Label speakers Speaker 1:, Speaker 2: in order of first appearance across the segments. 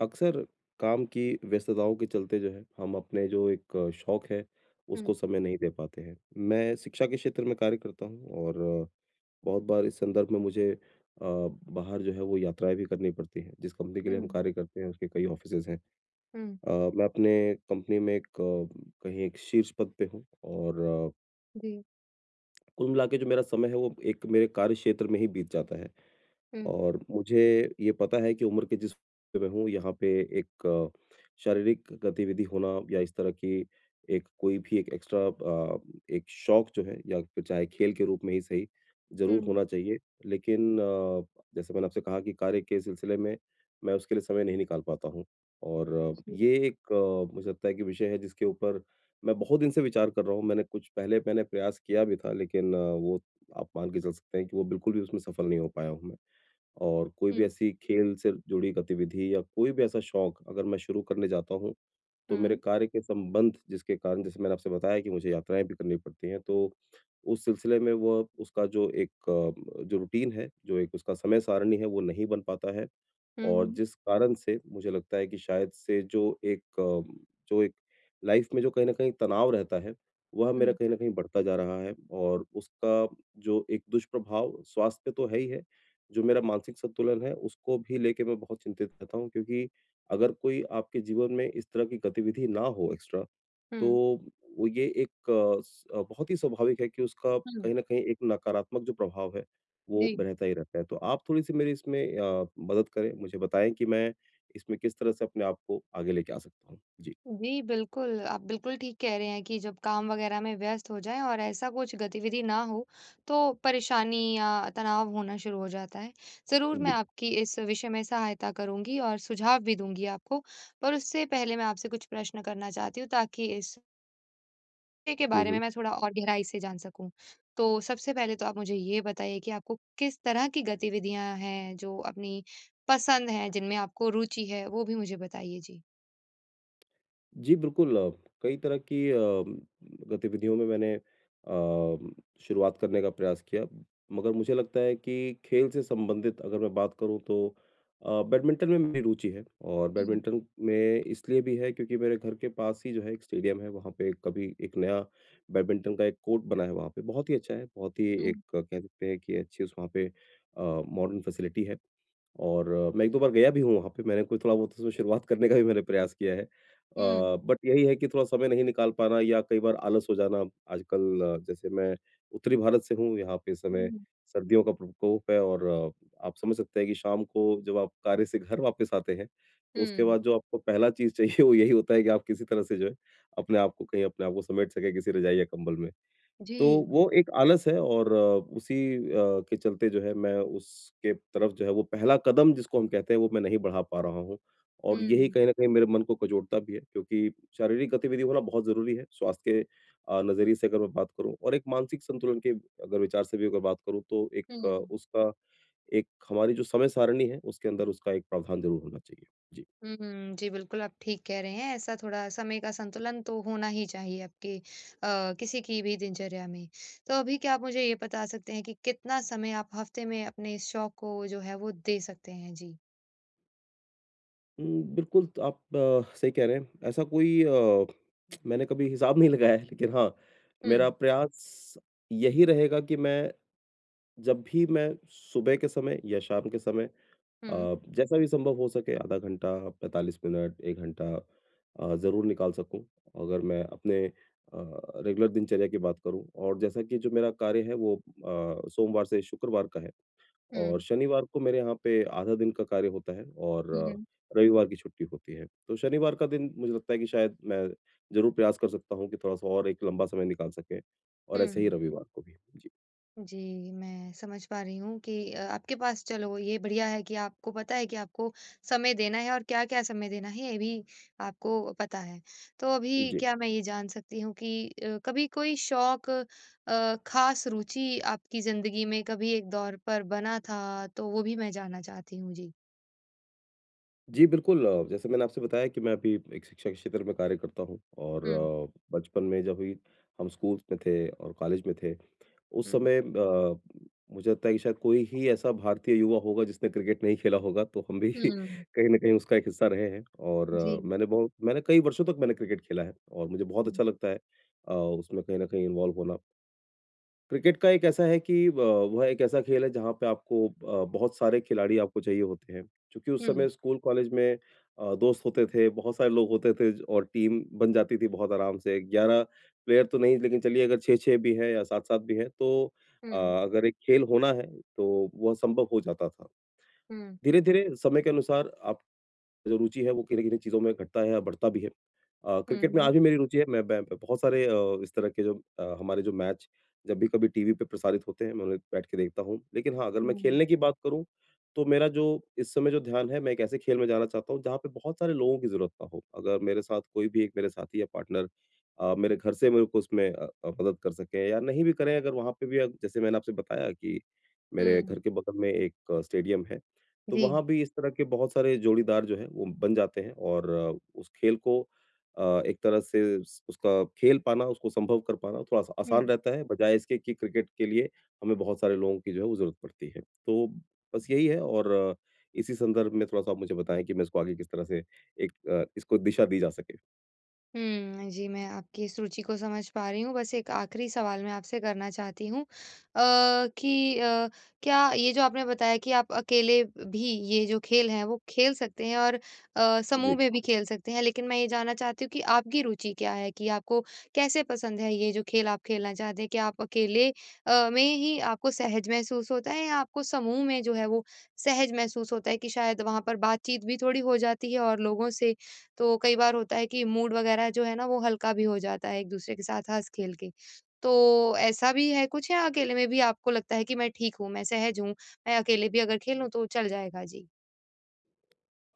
Speaker 1: अक्सर काम की व्यस्तताओं के चलते जो है हम अपने जो एक शौक है
Speaker 2: हुँ,
Speaker 1: उसको समय नहीं दे पाते हैं। मैं शिक्षा के क्षेत्र में कार्य करता हूँ और बहुत बार इस संदर्भ में मुझे बाहर जो है वो यात्राएं भी करनी पड़ती हैं। जिस कंपनी के
Speaker 2: हुँ,
Speaker 1: लिए हम कार्य करते हैं उसके कई ऑफिसेज हैं।
Speaker 2: हुँ,
Speaker 1: मैं अपने कंपनी में एक कहीं एक शीर्ष पद पे हूँ और
Speaker 2: जी,
Speaker 1: कुल मिला के जो मेरा समय है वो एक मेरे कार्य क्षेत्र में ही बीत जाता है।
Speaker 2: हुँ,
Speaker 1: और मुझे ये पता है कि उम्र के जिस मैं हूँ यहाँ पे एक शारीरिक गतिविधि होना या इस तरह की एक कोई भी एक एक्स्ट्रा एक शौक जो है या फिर चाहे खेल के रूप में ही सही, ज़रूर
Speaker 2: हुँ,
Speaker 1: होना चाहिए। लेकिन जैसे मैंने आपसे कहा कि कार्य के सिलसिले में मैं उसके लिए समय नहीं निकाल पाता हूँ और
Speaker 2: जी,
Speaker 1: ये एक मुझे लगता है कि विषय है जिसके ऊपर मैं बहुत दिन से विचार कर रहा हूँ। मैंने कुछ पहले मैंने प्रयास किया भी था लेकिन वो आप मान के चल सकते हैं कि वो बिल्कुल भी उसमें सफल नहीं हो पाया हूँ मैं। और कोई भी
Speaker 2: हुँ,
Speaker 1: ऐसी खेल से जुड़ी गतिविधि या कोई भी ऐसा शौक अगर मैं शुरू करने जाता हूँ, तो
Speaker 2: हुँ,
Speaker 1: मेरे कार्य के संबंध जिसके कारण जैसे मैंने आपसे बताया कि मुझे यात्राएँ भी करनी पड़ती हैं, तो उस सिलसिले में वो उसका जो एक जो रूटीन है, जो एक उसका समय सारणी है, वो नहीं बन पाता है
Speaker 2: हुँ,
Speaker 1: और
Speaker 2: हुँ,
Speaker 1: जिस कारण से मुझे लगता है कि शायद से जो एक जो एक लाइफ़ में जो कहीं न कहीं तनाव रहता है, वह मेरा
Speaker 2: हुँ,
Speaker 1: कहीं न कहीं बढ़ता जा रहा है और उसका जो एक दुष्प्रभाव स्वास्थ्य पे तो है ही है, जो मेरा मानसिक संतुलन है, उसको भी लेके मैं बहुत चिंतित रहता हूँ क्योंकि अगर कोई आपके जीवन में इस तरह की गतिविधि ना हो एक्स्ट्रा,
Speaker 2: हुँ,
Speaker 1: तो वो ये एक बहुत ही स्वाभाविक है कि उसका
Speaker 2: हुँ,
Speaker 1: कहीं न कहीं एक नकारात्मक जो प्रभाव है, वो
Speaker 2: जी।
Speaker 1: रहता ही रहता है। तो आप थोड़ी-सी मेरी इसमें मदद करें, मुझे बताएँ कि मैं इसमें किस तरह से अपने आप को आगे लेके आ सकता हूँ? जी।
Speaker 2: जी, बिल्कुल, आप बिल्कुल ठीक कह रहे हैं कि जब काम वगैरह में व्यस्त हो जाएँ और ऐसा कुछ गतिविधि ना हो, तो परेशानी या तनाव होना शुरू हो जाता है। ज़रूर मैं
Speaker 1: जी।
Speaker 2: आपकी इस विषय में सहायता करूँगी और सुझाव भी दूँगी आपको, पर उससे पहले मैं आपसे कुछ प्रश्न करना चाहती हूँ ताकि इस के
Speaker 1: हुँ,
Speaker 2: बारे में
Speaker 1: हुँ।
Speaker 2: मैं थोड़ा और गहराई से जान सकूँ। तो सबसे पहले तो आप मुझे ये बताइए कि आपको किस तरह की गतिविधियाँ हैं जो अपनी पसंद हैं, जिनमें आपको रुचि है, वो भी मुझे बताइए? जी।
Speaker 1: जी, बिल्कुल कई तरह की गतिविधियों में शुरुआत करने का प्रयास किया। मगर मुझे लगता है कि खेल से संबंधित अगर मैं बात करूँ तो बैडमिंटन में मेरी रुचि है और
Speaker 2: हुँ,
Speaker 1: बैडमिंटन में इसलिए भी है क्योंकि मेरे घर के पास ही जो है एक स्टेडियम है, वहाँ पे कभी एक नया बैडमिंटन का एक कोर्ट बना है वहाँ पे, बहुत ही अच्छा है, बहुत ही
Speaker 2: हुँ,
Speaker 1: एक कह सकते हैं कि अच्छी उस वहाँ पे मॉडर्न फैसिलिटी है और मैं 1-2 बार गया भी हूँ वहाँ पे, मैंने कोई थोड़ा-बहुत उसमें शुरुआत करने का भी मैंने प्रयास किया है। अ,
Speaker 2: हुँ,
Speaker 1: बट यही है कि थोड़ा समय नहीं निकाल पाना या कई बार आलस हो जाना। आजकल जैसे मैं उत्तरी भारत से हूँ, यहाँ पे इस समय
Speaker 2: हुँ,
Speaker 1: सर्दियों का प्रकोप है और आप समझ सकते हैं कि शाम को जब आप कार्य से घर वापस आते हैं, तो उसके
Speaker 2: हुँ।
Speaker 1: बाद जो आपको पहला चीज़ चाहिए वो यही होता है कि आप किसी तरह से जो है, अपने आप को कहीं अपने आप को समेट सकें किसी रज़ाई या कंबल में। तो
Speaker 2: जी,
Speaker 1: वो एक आलस है और के चलते जो है मैं उसके तरफ जो है वो पहला कदम जिसको हम कहते हैं वो मैं नहीं बढ़ा पा रहा हूँ। और यही
Speaker 2: हुँ,
Speaker 1: कहीं न कहीं मेरे मन को कचोटता भी है क्योंकि शारीरिक गतिविधि होना बहुत ज़रूरी है स्वास्थ्य के नज़रिए से अगर मैं बात करूँ और एक मानसिक संतुलन के अगर विचार से भी अगर बात करूँ तो एक
Speaker 2: हुँ।
Speaker 1: उसका एक हमारी जो समय सारिणी है उसके अंदर उसका एक प्रावधान ज़रूर होना चाहिए। जी।
Speaker 2: हुँ, जी, बिल्कुल आप ठीक कह रहे हैं। ऐसा थोड़ा समय का संतुलन तो होना ही चाहिए आपके किसी की भी दिनचर्या में। तो अभी क्या आप मुझे ये बता सकते हैं कि कितना समय आप हफ़्ते में अपने इस शौक को जो है वो दे सकते हैं? जी।
Speaker 1: हुँ, बिल्कुल त आप सही कह रहे हैं। ऐसा कोई मैंने कभी हिसाब नहीं लगाया है लेकिन हाँ,
Speaker 2: हुँ।
Speaker 1: मेरा प्रयास यही रहेगा कि मैं जब भी मैं सुबह के समय या शाम के समय
Speaker 2: हुँ।
Speaker 1: जैसा भी संभव हो सके आधा घंटा, 45 मिनट, 1 घंटा ज़रूर निकाल सकूँ। अगर मैं अपने रेगुलर दिनचर्या की बात करूँ और जैसा कि जो मेरा कार्य है वो सोमवार से शुक्रवार का है। और
Speaker 2: हुँ।
Speaker 1: शनिवार को मेरे यहाँ पे आधा दिन का कार्य होता है और
Speaker 2: हुँ, हुँ।
Speaker 1: रविवार की छुट्टी होती है। तो शनिवार का दिन मुझे लगता है कि शायद मैं ज़रूर प्रयास कर सकता हूँ कि थोड़ा-सा और एक लंबा समय निकाल सकें और ऐसे ही
Speaker 2: हुँ।
Speaker 1: रविवार को भी। जी,
Speaker 2: जी, मैं समझ पा रही हूँ कि आपके पास चलो ये बढ़िया है कि आपको पता है कि आपको समय देना है और क्या-क्या समय देना है ये भी आपको पता है। तो अभी
Speaker 1: जी।
Speaker 2: क्या मैं ये जान सकती हूँ कि कभी कोई शौक ख़ास रुचि आपकी ज़िंदगी में कभी एक दौर पर बना था तो वो भी मैं जानना चाहती हूँ? जी।
Speaker 1: जी, बिल्कुल जैसे मैंने आपसे बताया कि मैं अभी एक शिक्षा के क्षेत्र में कार्य करता हूँ और
Speaker 2: हुँ,
Speaker 1: अ, बचपन में जब भी हम स्कूल्स में थे और कॉलेज में थे उस
Speaker 2: हुँ,
Speaker 1: समय मुझे लगता है कि शायद कोई ही ऐसा भारतीय युवा होगा जिसने क्रिकेट नहीं खेला होगा, तो हम भी
Speaker 2: हुँ।
Speaker 1: कहीं न कहीं उसका एक हिस्सा रहे हैं और
Speaker 2: जी।
Speaker 1: अ, मैंने बहुत मैंने कई वर्षों तक मैंने क्रिकेट खेला है और मुझे बहुत
Speaker 2: हुँ,
Speaker 1: अच्छा लगता है उसमें कहीं न कहीं इन्वॉल्व होना। क्रिकेट का एक ऐसा है कि वह एक ऐसा खेल है जहाँ पे आपको बहुत सारे खिलाड़ी आपको चाहिए होते हैं। क्योंकि उस
Speaker 2: हुँ,
Speaker 1: समय स्कूल कॉलेज में दोस्त होते थे, बहुत सारे लोग होते थे ज और टीम बन जाती थी बहुत आराम से। 11 प्लेयर तो नहीं लेकिन चलिए अगर 6-6 भी हैं या 7-7 भी हैं तो
Speaker 2: हुँ,
Speaker 1: अगर एक खेल होना है तो वह संभव हो जाता था।
Speaker 2: हुँ,
Speaker 1: धीरे-धीरे समय के अनुसार आप जो रुचि है वो किन-किन चीज़ों में घटता है या बढ़ता भी है।
Speaker 2: हुँ,
Speaker 1: क्रिकेट में आज
Speaker 2: हुँ,
Speaker 1: भी मेरी रुचि है, मैं बै बहुत सारे इस तरह के जो हमारे जो मैच जब भी कभी टीवी पे प्रसारित होते हैं, मैं उन्हें बैठ के देखता हूँ। लेकिन हाँ, अगर मैं
Speaker 2: हुँ,
Speaker 1: खेलने की बात करूँ, तो मेरा जो इस समय जो ध्यान है, मैं एक ऐसे खेल में जाना चाहता हूँ, जहाँ पे बहुत सारे लोगों की ज़रूरत ना हो। अगर मेरे साथ कोई भी एक मेरे साथी या पार्टनर मेरे घर से मेरे को उसमें मदद कर सकें या नहीं भी करें, अगर वहाँ पे भी जैसे मैंने आपसे बताया कि मेरे
Speaker 2: हुँ,
Speaker 1: घर के बगल में एक स्टेडियम है। तो
Speaker 2: जी।
Speaker 1: वहाँ भी इस तरह के बहुत सारे जोड़ीदार जो हैं, वो बन जाते हैं और उस खेल को अ, एक तरह से स उसका खेल पाना, उसको संभव कर पाना थोड़ा-सा
Speaker 2: हुँ।
Speaker 1: आसान रहता है, बजाए इसके कि क्रिकेट के लिए हमें बहुत सारे लोगों की जो है वो ज़रूरत पड़ती है। तो बस यही है और इसी संदर्भ में थोड़ा-सा आप मुझे बताएँ कि मैं इसको आगे किस तरह से एक इसको दिशा दी जा सके?
Speaker 2: हुँ, जी, मैं आपकी इस रुचि को समझ पा रही हूँ। बस एक आखिरी सवाल मैं आपसे करना चाहती हूँ कि क्या ये जो आपने बताया कि आप अकेले भी ये जो खेल हैं, वो खेल सकते हैं और
Speaker 1: जी।
Speaker 2: समूह में भी खेल सकते हैं। लेकिन मैं ये जानना चाहती हूँ कि आपकी रुचि क्या है? कि आपको कैसे पसंद है ये जो खेल आप खेलना चाहते हैं? क्या आप अकेले में ही आपको सहज महसूस होता है या आपको समूह में जो है वो सहज महसूस होता है कि शायद वहाँ पर बातचीत भी थोड़ी हो जाती है और लोगों से तो कई बार होता है कि मूड वगैरह जो है ना वो हल्का भी हो जाता है एक-दूसरे के साथ हँस-खेल के। तो ऐसा भी है कुछ या अकेले में भी आपको लगता है कि मैं ठीक हूँ, मैं सहज हूँ, मैं अकेले भी अगर खेलूँ तो चल जाएगा? जी।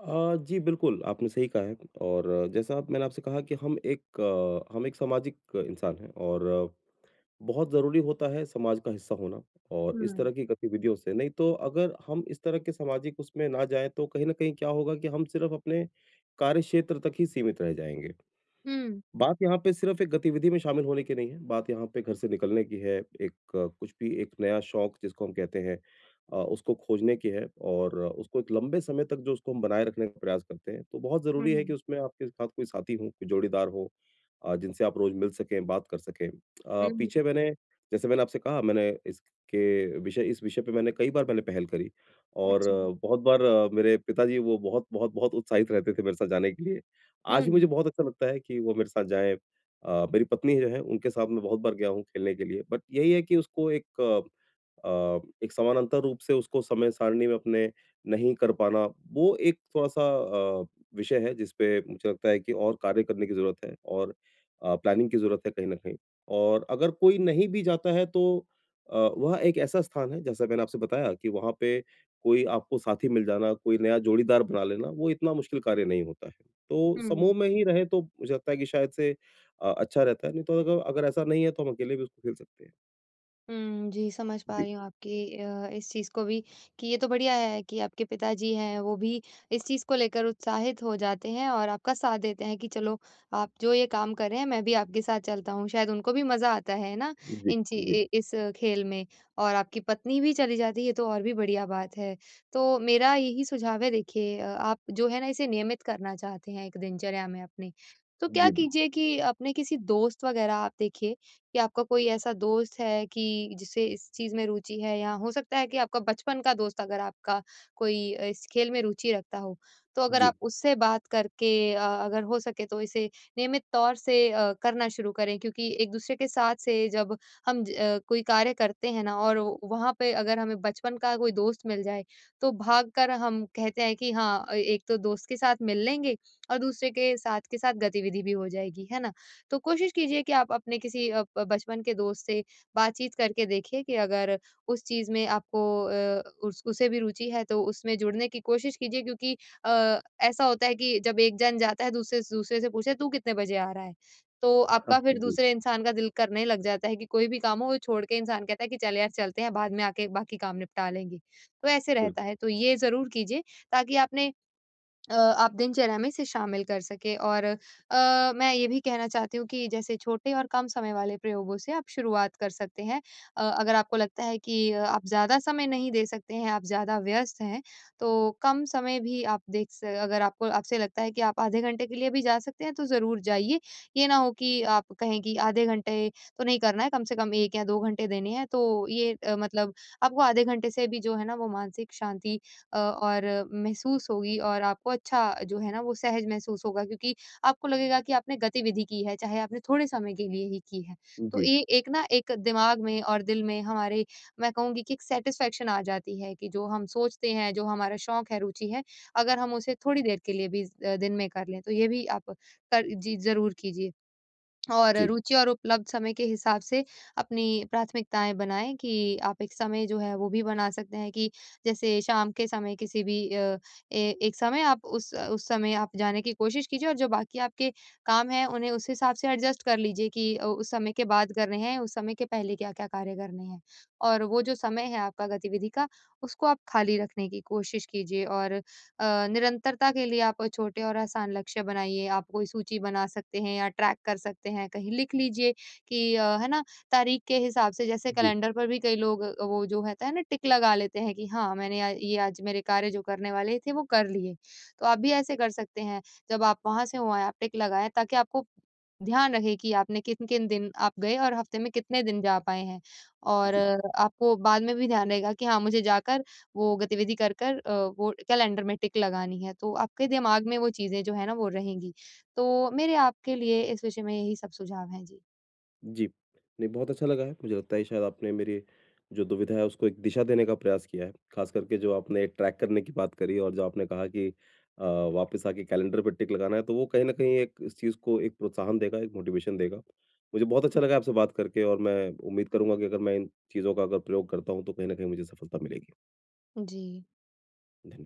Speaker 1: जी, बिल्कुल, आपने सही कहा है और अ, जैसा आप मैंने आपसे कहा कि हम एक हम एक सामाजिक इंसान हैं और बहुत ज़रूरी होता है समाज का हिस्सा होना और इस तरह
Speaker 2: हुँ।
Speaker 1: की गतिविधियों से। नहीं तो अगर हम इस तरह के सामाजिक उसमें ना जाएँ तो कहीं न कहीं क्या होगा कि हम सिर्फ़ अपने कार्यक्षेत्र तक ही सीमित रह जाएँगे।
Speaker 2: हुँ।
Speaker 1: बात यहाँ पे सिर्फ़ एक गतिविधि में शामिल होने की नहीं है, बात यहाँ पे घर से निकलने की है, एक कुछ भी एक नया शौक जिसको हम कहते हैं उसको खोजने की है और उसको एक लंबे समय तक जो उसको हम बनाए रखने का प्रयास करते हैं, तो बहुत ज़रूरी है कि
Speaker 2: हुँ,
Speaker 1: उसमें आपके साथ कोई साथी हो, कोई जोड़ीदार हो जिनसे आप रोज़ मिल सकें, बात कर सकें।
Speaker 2: हुँ।
Speaker 1: पीछे मैंने जैसे मैंने आपसे कहा मैंने इसके विषय इस विषय पे मैंने कई बार मैंने पहल करी और
Speaker 2: अच्छा।
Speaker 1: मेरे पिताजी वो बहुत बहुत बहुत उत्साहित रहते थे मेरे साथ जाने के लिए। आज भी मुझे
Speaker 2: हुँ,
Speaker 1: बहुत अच्छा लगता है कि वो मेरे साथ जाएँ। मेरी पत्नी जो है उनके साथ मैं बहुत बार गया हूँ खेलने के लिए, बट यही है कि उसको एक एक समानांतर रूप से उसको समय सारणी में अपने नहीं कर पाना, वो एक थोड़ा-सा अ, विषय है जिस पे मुझे लगता है कि और कार्य करने की ज़रूरत है और प्लानिंग की ज़रूरत है कहीं न कहीं। और अगर कोई नहीं भी जाता है तो वह एक ऐसा स्थान है जैसा मैंने आपसे बताया कि वहाँ पे कोई आपको साथी मिल जाना, कोई नया जोड़ीदार बना लेना, वो इतना मुश्किल कार्य नहीं होता है। तो
Speaker 2: हुँ।
Speaker 1: समूह में ही रहें तो मुझे लगता है कि शायद से अच्छा रहता है, नहीं तो अगर अगर ऐसा नहीं है तो हम अकेले भी उसको खेल सकते हैं।
Speaker 2: हुँ, जी, समझ पा
Speaker 1: जी,
Speaker 2: रही हूँ आपकी इस चीज़ को भी कि ये तो बढ़िया है कि आपके पिताजी हैं, वो भी इस चीज़ को लेकर उत्साहित हो जाते हैं और आपका साथ देते हैं कि चलो, आप जो ये काम कर रहे हैं, मैं भी आपके साथ चलता हूँ। शायद उनको भी मज़ा आता है ना,
Speaker 1: जी,
Speaker 2: इन ची
Speaker 1: जी,
Speaker 2: इ इस खेल में और आपकी पत्नी भी चली जाती है, ये तो और भी बढ़िया बात है। तो मेरा यही सुझाव है देखिए आप जो है ना, इसे नियमित करना चाहते हैं एक दिनचर्या में अपनी, तो क्या
Speaker 1: जी, बिल्कुल।
Speaker 2: कीजिए कि अपने किसी दोस्त वगैरह आप देखिए कि आपका कोई ऐसा दोस्त है कि जिसे इस चीज़ में रुचि है या हो सकता है कि आपका बचपन का दोस्त अगर आपका कोई इस खेल में रुचि रखता हो, तो अगर
Speaker 1: जी,
Speaker 2: आप उससे बात करके अगर हो सके तो इसे नियमित तौर से करना शुरू करें क्योंकि एक-दूसरे के साथ से जब हम कोई कार्य करते हैं ना और वहाँ पे अगर हमें बचपन का कोई दोस्त मिल जाए, तो भागकर हम कहते हैं कि हाँ, एक तो दोस्त के साथ मिल लेंगे और दूसरे के साथ गतिविधि भी हो जाएगी, है ना? तो कोशिश कीजिए कि आप अपने किसी अ, ब बचपन के दोस्त से बातचीत करके देखिए कि अगर उस चीज़ में आपको अ, उस उसे भी रुचि है तो उसमें जुड़ने की कोशिश कीजिए क्योंकि अ, ऐसा होता है कि जब एक जन जाता है दूसरे से पूछे तू कितने बजे आ रहा है? तो
Speaker 1: हाँ,
Speaker 2: आपका फिर
Speaker 1: जी,
Speaker 2: दूसरे इंसान का दिल करने लग जाता है कि कोई भी काम हो वो छोड़ के इंसान कहता है कि चल यार चलते हैं बाद में आके बाकी काम निपटा लेंगे। तो ऐसे रहता
Speaker 1: बिल्कुल।
Speaker 2: है। तो ये ज़रूर कीजिए ताकि आप दिनचर्या में इसे शामिल कर सकें और मैं ये भी कहना चाहती हूँ कि जैसे छोटे और कम समय वाले प्रयोगों से आप शुरुआत कर सकते हैं। अगर आपको लगता है कि आप ज़्यादा समय नहीं दे सकते हैं, आप ज़्यादा व्यस्त हैं, तो कम समय भी आप देख स अगर आपको आपसे लगता है कि आप आधे घंटे के लिए भी जा सकते हैं, तो ज़रूर जाइए। ये ना हो कि आप कहें कि आधे घंटे तो नहीं करना है, कम से कम 1 या 2 घंटे देने हैं। तो मतलब आपको आधे घंटे से भी जो है ना वो मानसिक शांति अ, और महसूस होगी और आपको अच्छा जो है ना वो सहज महसूस होगा क्योंकि आपको लगेगा कि आपने गतिविधि की है, चाहे आपने थोड़े समय के लिए ही की है। तो
Speaker 1: जी,
Speaker 2: ये एक ना एक दिमाग में और दिल में हमारे मैं कहूँगी कि एक सैटिस्फैक्शन आ जाती है कि जो हम सोचते हैं, जो हमारा शौक है, रुचि है, अगर हम उसे थोड़ी देर के लिए भी दिन में कर लें, तो ये भी आप कर जी, ज़रूर कीजिए। और
Speaker 1: जी,
Speaker 2: रुचि और उपलब्ध समय के हिसाब से अपनी प्राथमिकताएँ बनाएँ कि आप एक समय जो है वो भी बना सकते हैं कि जैसे शाम के समय किसी भी अ, ए एक समय आप उस समय आप जाने की कोशिश कीजिए और जो बाकी आपके काम हैं उन्हें उस हिसाब से एडजस्ट कर लीजिए कि उस समय के बाद करने हैं, उस समय के पहले क्या-क्या कार्य करने हैं। और वो जो समय है आपका गतिविधि का उसको आप खाली रखने की कोशिश कीजिए और निरंतरता के लिए आप छोटे और आसान लक्ष्य बनाइए। आप कोई सूची बना सकते हैं या ट्रैक कर सकते हैं। कहीं लिख लीजिए कि है ना, तारीख के हिसाब से जैसे
Speaker 1: जी,
Speaker 2: कैलेंडर पर भी कई लोग वो जो रहता है ना टिक लगा लेते हैं कि हाँ, मैंने ये आज मेरे कार्य जो करने वाले थे वो कर लिए। तो आप भी ऐसे कर सकते हैं। जब आप वहाँ से हो आएँ आप टिक लगाएँ ताकि आपको ध्यान रहे कि आपने किन-किन दिन आप गए और हफ्ते में कितने दिन जा पाए हैं। और
Speaker 1: जी।
Speaker 2: आपको बाद में भी ध्यान रहेगा कि हाँ, मुझे जाकर वो गतिविधि कर, कर अ, वो कैलेंडर में टिक लगानी है, तो आपके दिमाग में वो चीज़ें जो है ना वो रहेंगी। तो मेरे आपके लिए इस विषय में यही सब सुझाव हैं। जी।
Speaker 1: जी। नहीं, बहुत अच्छा लगा है। मुझे लगता है शायद आपने मेरी जो दुविधा है उसको एक दिशा देने का प्रयास किया है। ख़ास करके जो आपने ट्रैक करने की बात करी और जो आपने कहा कि अ, वापस आके कैलेंडर पे टिक लगाना है तो वो कहीं न कहीं एक इस चीज़ को एक प्रोत्साहन देगा, एक मोटिवेशन देगा। मुझे बहुत अच्छा लगा आपसे बात करके और मैं उम्मीद करूँगा कि अगर मैं इन चीज़ों का अगर प्रयोग करता हूँ तो कहीं न कहीं मुझे सफलता मिलेगी।
Speaker 2: जी।
Speaker 1: धन्य